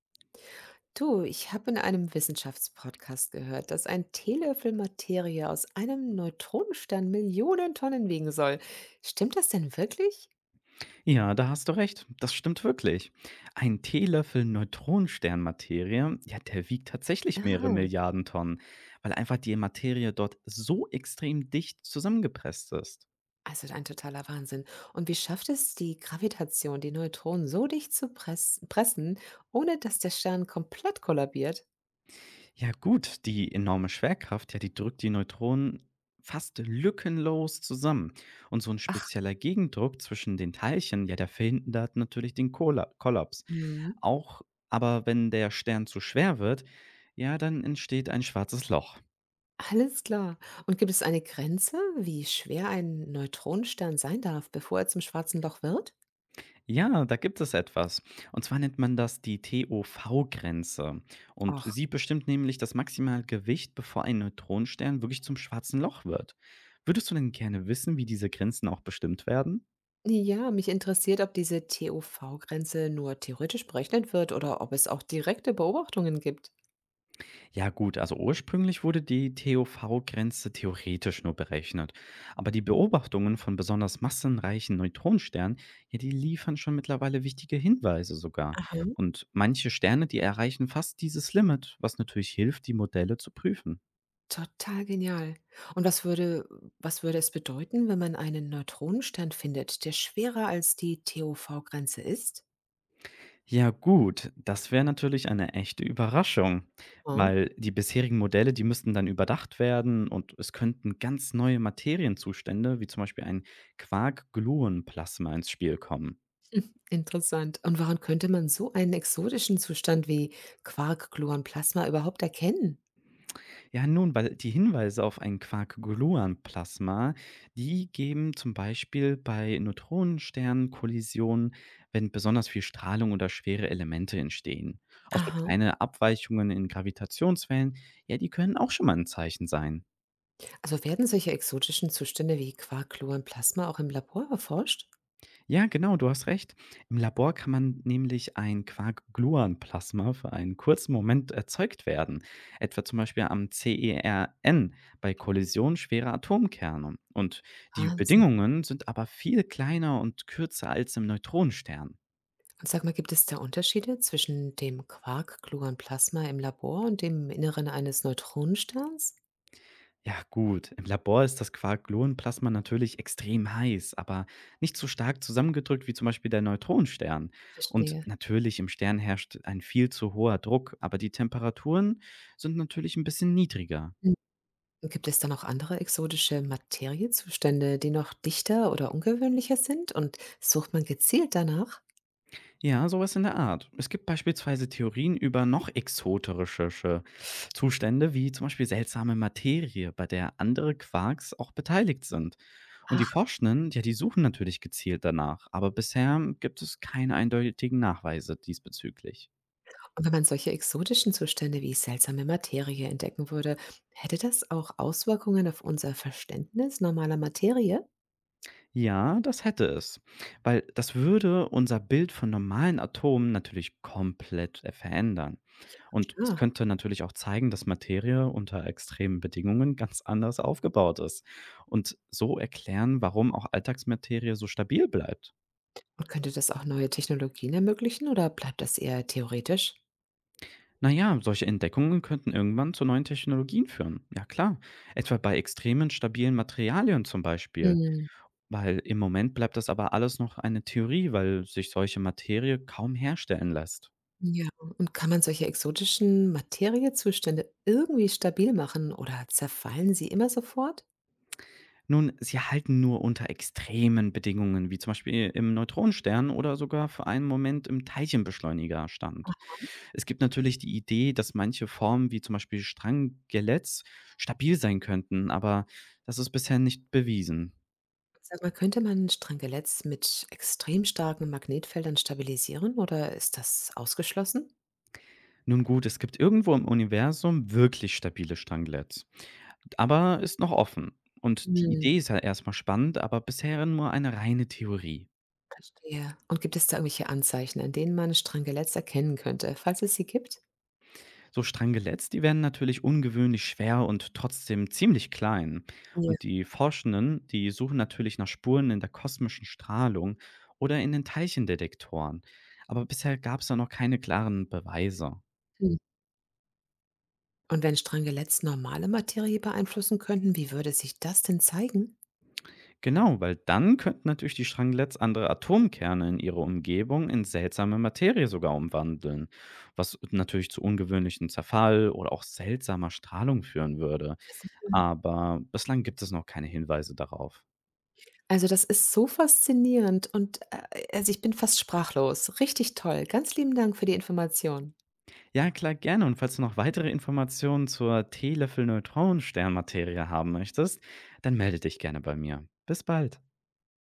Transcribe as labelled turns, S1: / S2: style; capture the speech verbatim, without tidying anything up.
S1: Du, ich habe in einem Wissenschaftspodcast gehört, dass ein Teelöffel Materie aus einem Neutronenstern Millionen Tonnen wiegen soll. Stimmt das denn wirklich?
S2: Ja, da hast du recht. Das stimmt wirklich. Ein Teelöffel Neutronensternmaterie, ja, der wiegt tatsächlich mehrere
S1: Ah,
S2: Milliarden Tonnen, weil einfach die Materie dort so extrem dicht zusammengepresst ist.
S1: also ein totaler Wahnsinn. Und wie schafft es die Gravitation, die Neutronen so dicht zu press pressen, ohne dass der Stern komplett kollabiert?
S2: Ja, gut, die enorme Schwerkraft, ja, die drückt die Neutronen fast lückenlos zusammen. Und so ein spezieller Gegendruck zwischen den Teilchen, ja, der verhindert natürlich den Kolla- Kollaps.
S1: Mhm.
S2: Auch aber wenn der Stern zu schwer wird, ja, dann entsteht ein schwarzes Loch.
S1: Alles klar. Und gibt es eine Grenze, wie schwer ein Neutronenstern sein darf, bevor er zum schwarzen Loch wird?
S2: Ja, da gibt es etwas. Und zwar nennt man das die T O V-Grenze. Und sie bestimmt nämlich das maximale Gewicht, bevor ein Neutronenstern wirklich zum schwarzen Loch wird. Würdest du denn gerne wissen, wie diese Grenzen auch bestimmt werden?
S1: Ja, mich interessiert, ob diese T O V-Grenze nur theoretisch berechnet wird oder ob es auch direkte Beobachtungen gibt.
S2: Ja gut, also ursprünglich wurde die T O V-Grenze theoretisch nur berechnet. Aber die Beobachtungen von besonders massenreichen Neutronensternen, ja, die liefern schon mittlerweile wichtige Hinweise sogar.
S1: Aha.
S2: Und manche Sterne, die erreichen fast dieses Limit, was natürlich hilft, die Modelle zu prüfen.
S1: Total genial. Und was würde, was würde es bedeuten, wenn man einen Neutronenstern findet, der schwerer als die T O V-Grenze ist?
S2: Ja gut, das wäre natürlich eine echte Überraschung,
S1: Ah,
S2: weil die bisherigen Modelle, die müssten dann überdacht werden und es könnten ganz neue Materienzustände, wie zum Beispiel ein Quark-Gluon-Plasma ins Spiel kommen.
S1: interessant. Und woran könnte man so einen exotischen Zustand wie Quark, Gluon, Plasma überhaupt erkennen?
S2: Ja nun, weil die Hinweise auf ein Quark-Gluon-Plasma, die geben zum Beispiel bei Neutronensternkollisionen, wenn besonders viel Strahlung oder schwere Elemente entstehen. Auch so
S1: Aha.
S2: kleine Abweichungen in Gravitationswellen, ja, die können auch schon mal ein Zeichen sein.
S1: Also werden solche exotischen Zustände wie Quark, Gluon, Plasma auch im Labor erforscht?
S2: Ja, genau, du hast recht. Im Labor kann man nämlich ein Quark-Gluon-Plasma für einen kurzen Moment erzeugt werden, etwa zum Beispiel am CERN bei Kollision schwerer Atomkerne. Und die
S1: Wahnsinn.
S2: Bedingungen sind aber viel kleiner und kürzer als im Neutronenstern.
S1: Und sag mal, gibt es da Unterschiede zwischen dem Quark Gluon Plasma im Labor und dem Inneren eines Neutronensterns?
S2: Ja, gut. Im Labor ist das Quark-Gluon-Plasma natürlich extrem heiß, aber nicht so stark zusammengedrückt wie zum Beispiel der Neutronenstern. Und
S1: Verstehe.
S2: natürlich im Stern herrscht ein viel zu hoher Druck, aber die Temperaturen sind natürlich ein bisschen niedriger.
S1: Mhm. Und gibt es da noch andere exotische Materiezustände, die noch dichter oder ungewöhnlicher sind? Und sucht man gezielt danach?
S2: Ja, sowas in der Art. Es gibt beispielsweise Theorien über noch exoterischere Zustände, wie zum Beispiel seltsame Materie, bei der andere Quarks auch beteiligt sind. Und die
S1: Ach,
S2: Forschenden, ja, die suchen natürlich gezielt danach, aber bisher gibt es keine eindeutigen Nachweise diesbezüglich.
S1: und wenn man solche exotischen Zustände wie seltsame Materie entdecken würde, hätte das auch Auswirkungen auf unser Verständnis normaler Materie?
S2: Ja, das hätte es, weil das würde unser Bild von normalen Atomen natürlich komplett äh, verändern. Und es
S1: Ja.
S2: könnte natürlich auch zeigen, dass Materie unter extremen Bedingungen ganz anders aufgebaut ist und so erklären, warum auch Alltagsmaterie so stabil bleibt.
S1: Und könnte das auch neue Technologien ermöglichen oder bleibt das eher theoretisch?
S2: Naja, solche Entdeckungen könnten irgendwann zu neuen Technologien führen. Ja klar, etwa bei extremen stabilen Materialien zum Beispiel. Weil im Moment bleibt das aber alles noch eine Theorie, weil sich solche Materie kaum herstellen lässt.
S1: Ja, und kann man solche exotischen Materiezustände irgendwie stabil machen oder zerfallen sie immer sofort?
S2: Nun, sie halten nur unter extremen Bedingungen, wie zum Beispiel im Neutronenstern oder sogar für einen Moment im Teilchenbeschleuniger
S1: Ah,
S2: stand. Es gibt natürlich die Idee, dass manche Formen, wie zum Beispiel Strangeletts, stabil sein könnten, aber das ist bisher nicht bewiesen.
S1: sag mal, könnte man Strangeletts mit extrem starken Magnetfeldern stabilisieren oder ist das ausgeschlossen?
S2: Nun gut, es gibt irgendwo im Universum wirklich stabile Strangeletts, aber ist noch offen. Und die
S1: Hm,
S2: Idee ist ja erstmal spannend, aber bisher nur eine reine Theorie.
S1: verstehe. Und gibt es da irgendwelche Anzeichen, an denen man Strangeletts erkennen könnte, falls es sie gibt?
S2: So Strangeletts, die werden natürlich ungewöhnlich schwer und trotzdem ziemlich klein.
S1: Ja.
S2: Und die Forschenden, die suchen natürlich nach Spuren in der kosmischen Strahlung oder in den Teilchendetektoren. Aber bisher gab es da noch keine klaren Beweise.
S1: Hm. Und wenn Strangeletts normale Materie beeinflussen könnten, wie würde sich das denn zeigen?
S2: Genau, weil dann könnten natürlich die Strangeletts andere Atomkerne in ihrer Umgebung in seltsame Materie sogar umwandeln, was natürlich zu ungewöhnlichem Zerfall oder auch seltsamer Strahlung führen würde.
S1: Ja, sicher.
S2: Aber bislang gibt es noch keine Hinweise darauf.
S1: Also, das ist so faszinierend und, äh, also, ich bin fast sprachlos. Richtig toll. Ganz lieben Dank für die Information.
S2: Ja, klar, gerne. Und falls du noch weitere Informationen zur Teelöffel-Neutronensternmaterie haben möchtest, dann melde dich gerne bei mir. Bis bald.